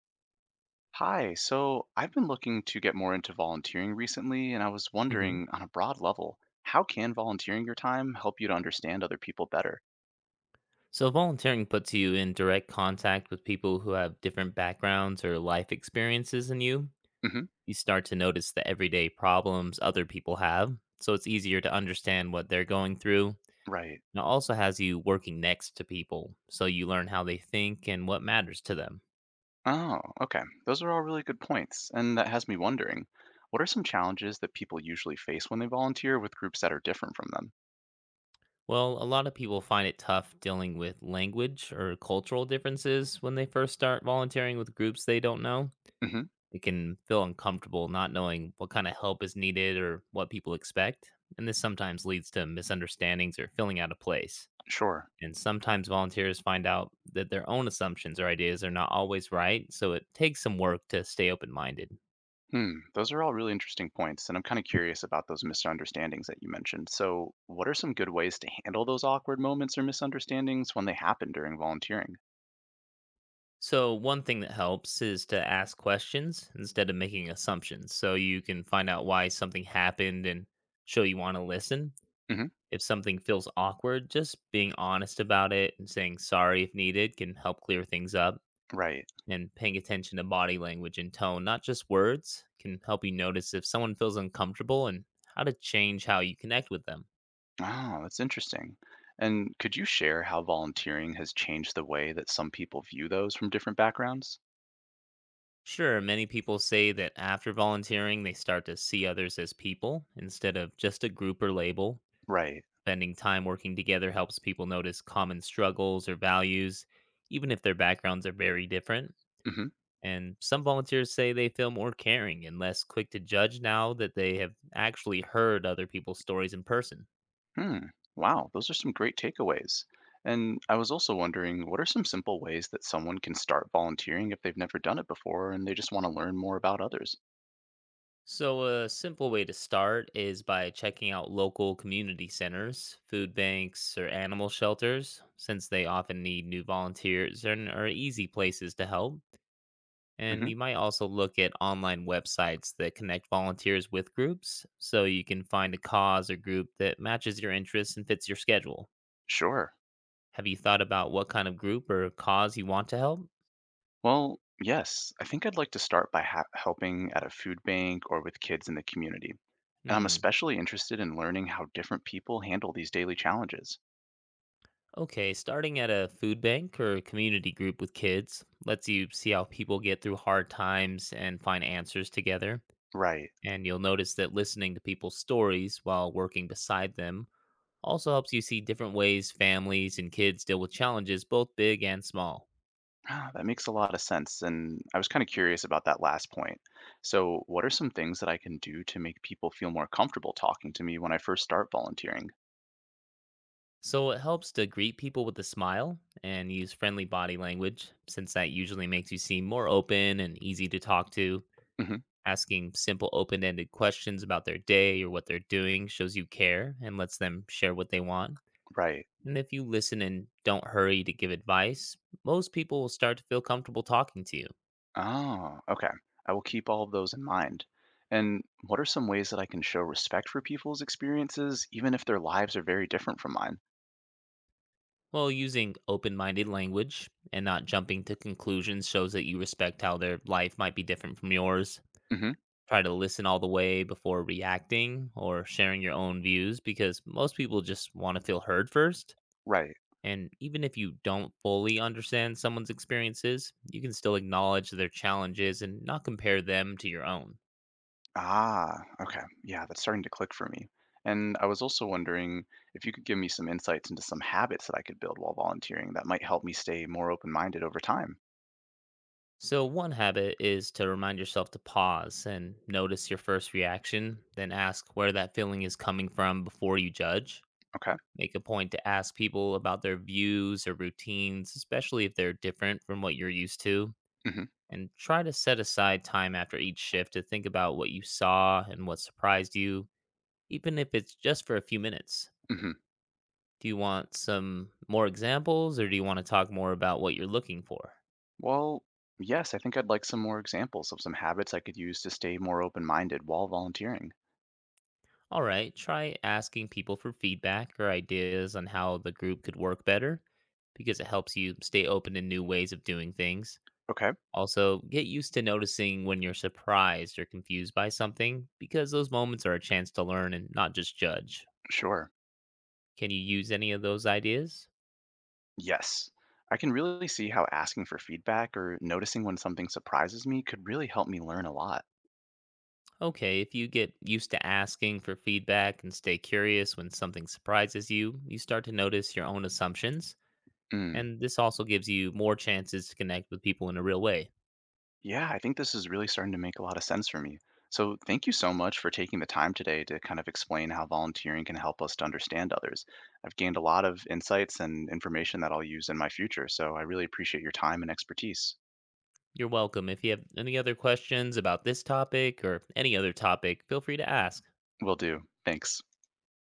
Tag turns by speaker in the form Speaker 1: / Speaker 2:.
Speaker 1: Hi, so I've been looking to get more into volunteering recently, and I was
Speaker 2: Hmm.
Speaker 1: wondering on a broad level, how can volunteering your time help you to understand other people better?
Speaker 2: So, volunteering puts you in direct contact with people who have different backgrounds or life experiences than you.
Speaker 1: Hmm.
Speaker 2: You start to notice the everyday problems other people have, so it's easier to understand what they're going through. And
Speaker 1: Right.
Speaker 2: it also has you working next to people, so you learn how they think and what matters to them.
Speaker 1: Oh, okay. Those are all really good points, and that has me wondering, what are some challenges that people usually face when they volunteer with groups that are different from them?
Speaker 2: Well, a lot of people find it tough dealing with language or cultural differences when they first start volunteering with groups they don't know.
Speaker 1: Hmm.
Speaker 2: It can feel uncomfortable not knowing what kind of help is needed or what people expect, and this sometimes leads to misunderstandings or feeling out of place.
Speaker 1: Sure.
Speaker 2: And sometimes volunteers find out that their own assumptions or ideas are not always right, so it takes some work to stay open minded.
Speaker 1: Hmm, those are all really interesting points, and I'm kind of curious about those misunderstandings that you mentioned. So, what are some good ways to handle those awkward moments or misunderstandings when they happen during volunteering?
Speaker 2: So, one thing that helps is to ask questions instead of making assumptions. So, you can find out why something happened and show you want to listen. If something feels awkward, just being honest about it and saying sorry if needed can help clear things up.
Speaker 1: Right.
Speaker 2: And paying attention to body language and tone, not just words, can help you notice if someone feels uncomfortable and how to change how you connect with them.
Speaker 1: Oh, that's interesting. And could you share how volunteering has changed the way that some people view those from different backgrounds?
Speaker 2: Sure, many people say that after volunteering, they start to see others as people instead of just a group or label.
Speaker 1: Right.
Speaker 2: Spending time working together helps people notice common struggles or values, even if their backgrounds are very different.
Speaker 1: Hmm.
Speaker 2: And some volunteers say they feel more caring and less quick to judge now that they have actually heard other people's stories in person.
Speaker 1: Hmm. Wow, those are some great takeaways. And I was also wondering, what are some simple ways that someone can start volunteering if they've never done it before and they just want to learn more about others?
Speaker 2: So, a simple way to start is by checking out local community centers, food banks, or animal shelters, since they often need new volunteers and are easy places to help. And
Speaker 1: Hmm.
Speaker 2: you might also look at online websites that connect volunteers with groups so you can find a cause or group that matches your interests and fits your schedule.
Speaker 1: Sure.
Speaker 2: Have you thought about what kind of group or cause you want to help?
Speaker 1: Well, yes, I think I'd like to start by helping at a food bank or with kids in the community. And I'm
Speaker 2: Hmm.
Speaker 1: especially interested in learning how different people handle these daily challenges.
Speaker 2: Okay, starting at a food bank or community group with kids lets you see how people get through hard times and find answers together.
Speaker 1: Right.
Speaker 2: And you'll notice that listening to people's stories while working beside them also helps you see different ways families and kids deal with challenges, both big and small.
Speaker 1: Ah, that makes a lot of sense. And I was kind of curious about that last point. So, what are some things that I can do to make people feel more comfortable talking to me when I first start volunteering?
Speaker 2: So it helps to greet people with a smile and use friendly body language, since that usually makes you seem more open and easy to talk to.
Speaker 1: Hmm.
Speaker 2: Asking simple, open ended questions about their day or what they're doing shows you care and lets them share what they want.
Speaker 1: Right.
Speaker 2: And if you listen and don't hurry to give advice, most people will start to feel comfortable talking to you.
Speaker 1: Oh, okay. I will keep all of those in mind. And what are some ways that I can show respect for people's experiences, even if their lives are very different from mine?
Speaker 2: Well, using open minded language and not jumping to conclusions shows that you respect how their life might be different from yours.
Speaker 1: Hmm.
Speaker 2: Try to listen all the way before reacting or sharing your own views because most people just want to feel heard first.
Speaker 1: Right.
Speaker 2: And even if you don't fully understand someone's experiences, you can still acknowledge their challenges and not compare them to your own.
Speaker 1: Ah, okay. Yeah, that's starting to click for me. And I was also wondering if you could give me some insights into some habits that I could build while volunteering that might help me stay more open-minded over time.
Speaker 2: So, one habit is to remind yourself to pause and notice your first reaction, then ask where that feeling is coming from before you judge.
Speaker 1: Okay.
Speaker 2: Make a point to ask people about their views or routines, especially if they're different from what you're used to.
Speaker 1: Hmm.
Speaker 2: And try to set aside time after each shift to think about what you saw and what surprised you, even if it's just for a few minutes.
Speaker 1: Hmm.
Speaker 2: Do you want some more examples or do you want to talk more about what you're looking for?
Speaker 1: Well, yes, I think I'd like some more examples of some habits I could use to stay more open-minded while volunteering.
Speaker 2: All right, try asking people for feedback or ideas on how the group could work better because it helps you stay open to new ways of doing things.
Speaker 1: Okay,
Speaker 2: Also, get used to noticing when you're surprised or confused by something because those moments are a chance to learn and not just judge.
Speaker 1: sure.
Speaker 2: Can you use any of those ideas?
Speaker 1: Yes. I can really see how asking for feedback or noticing when something surprises me could really help me learn a lot.
Speaker 2: Okay, if you get used to asking for feedback and stay curious when something surprises you, you start to notice your own assumptions.
Speaker 1: Mm.
Speaker 2: And this also gives you more chances to connect with people in a real way.
Speaker 1: Yeah, I think this is really starting to make a lot of sense for me. So, thank you so much for taking the time today to kind of explain how volunteering can help us to understand others. I've gained a lot of insights and information that I'll use in my future, so I really appreciate your time and expertise.
Speaker 2: You're welcome. If you have any other questions about this topic or any other topic, feel free to ask.
Speaker 1: Will do. Thanks.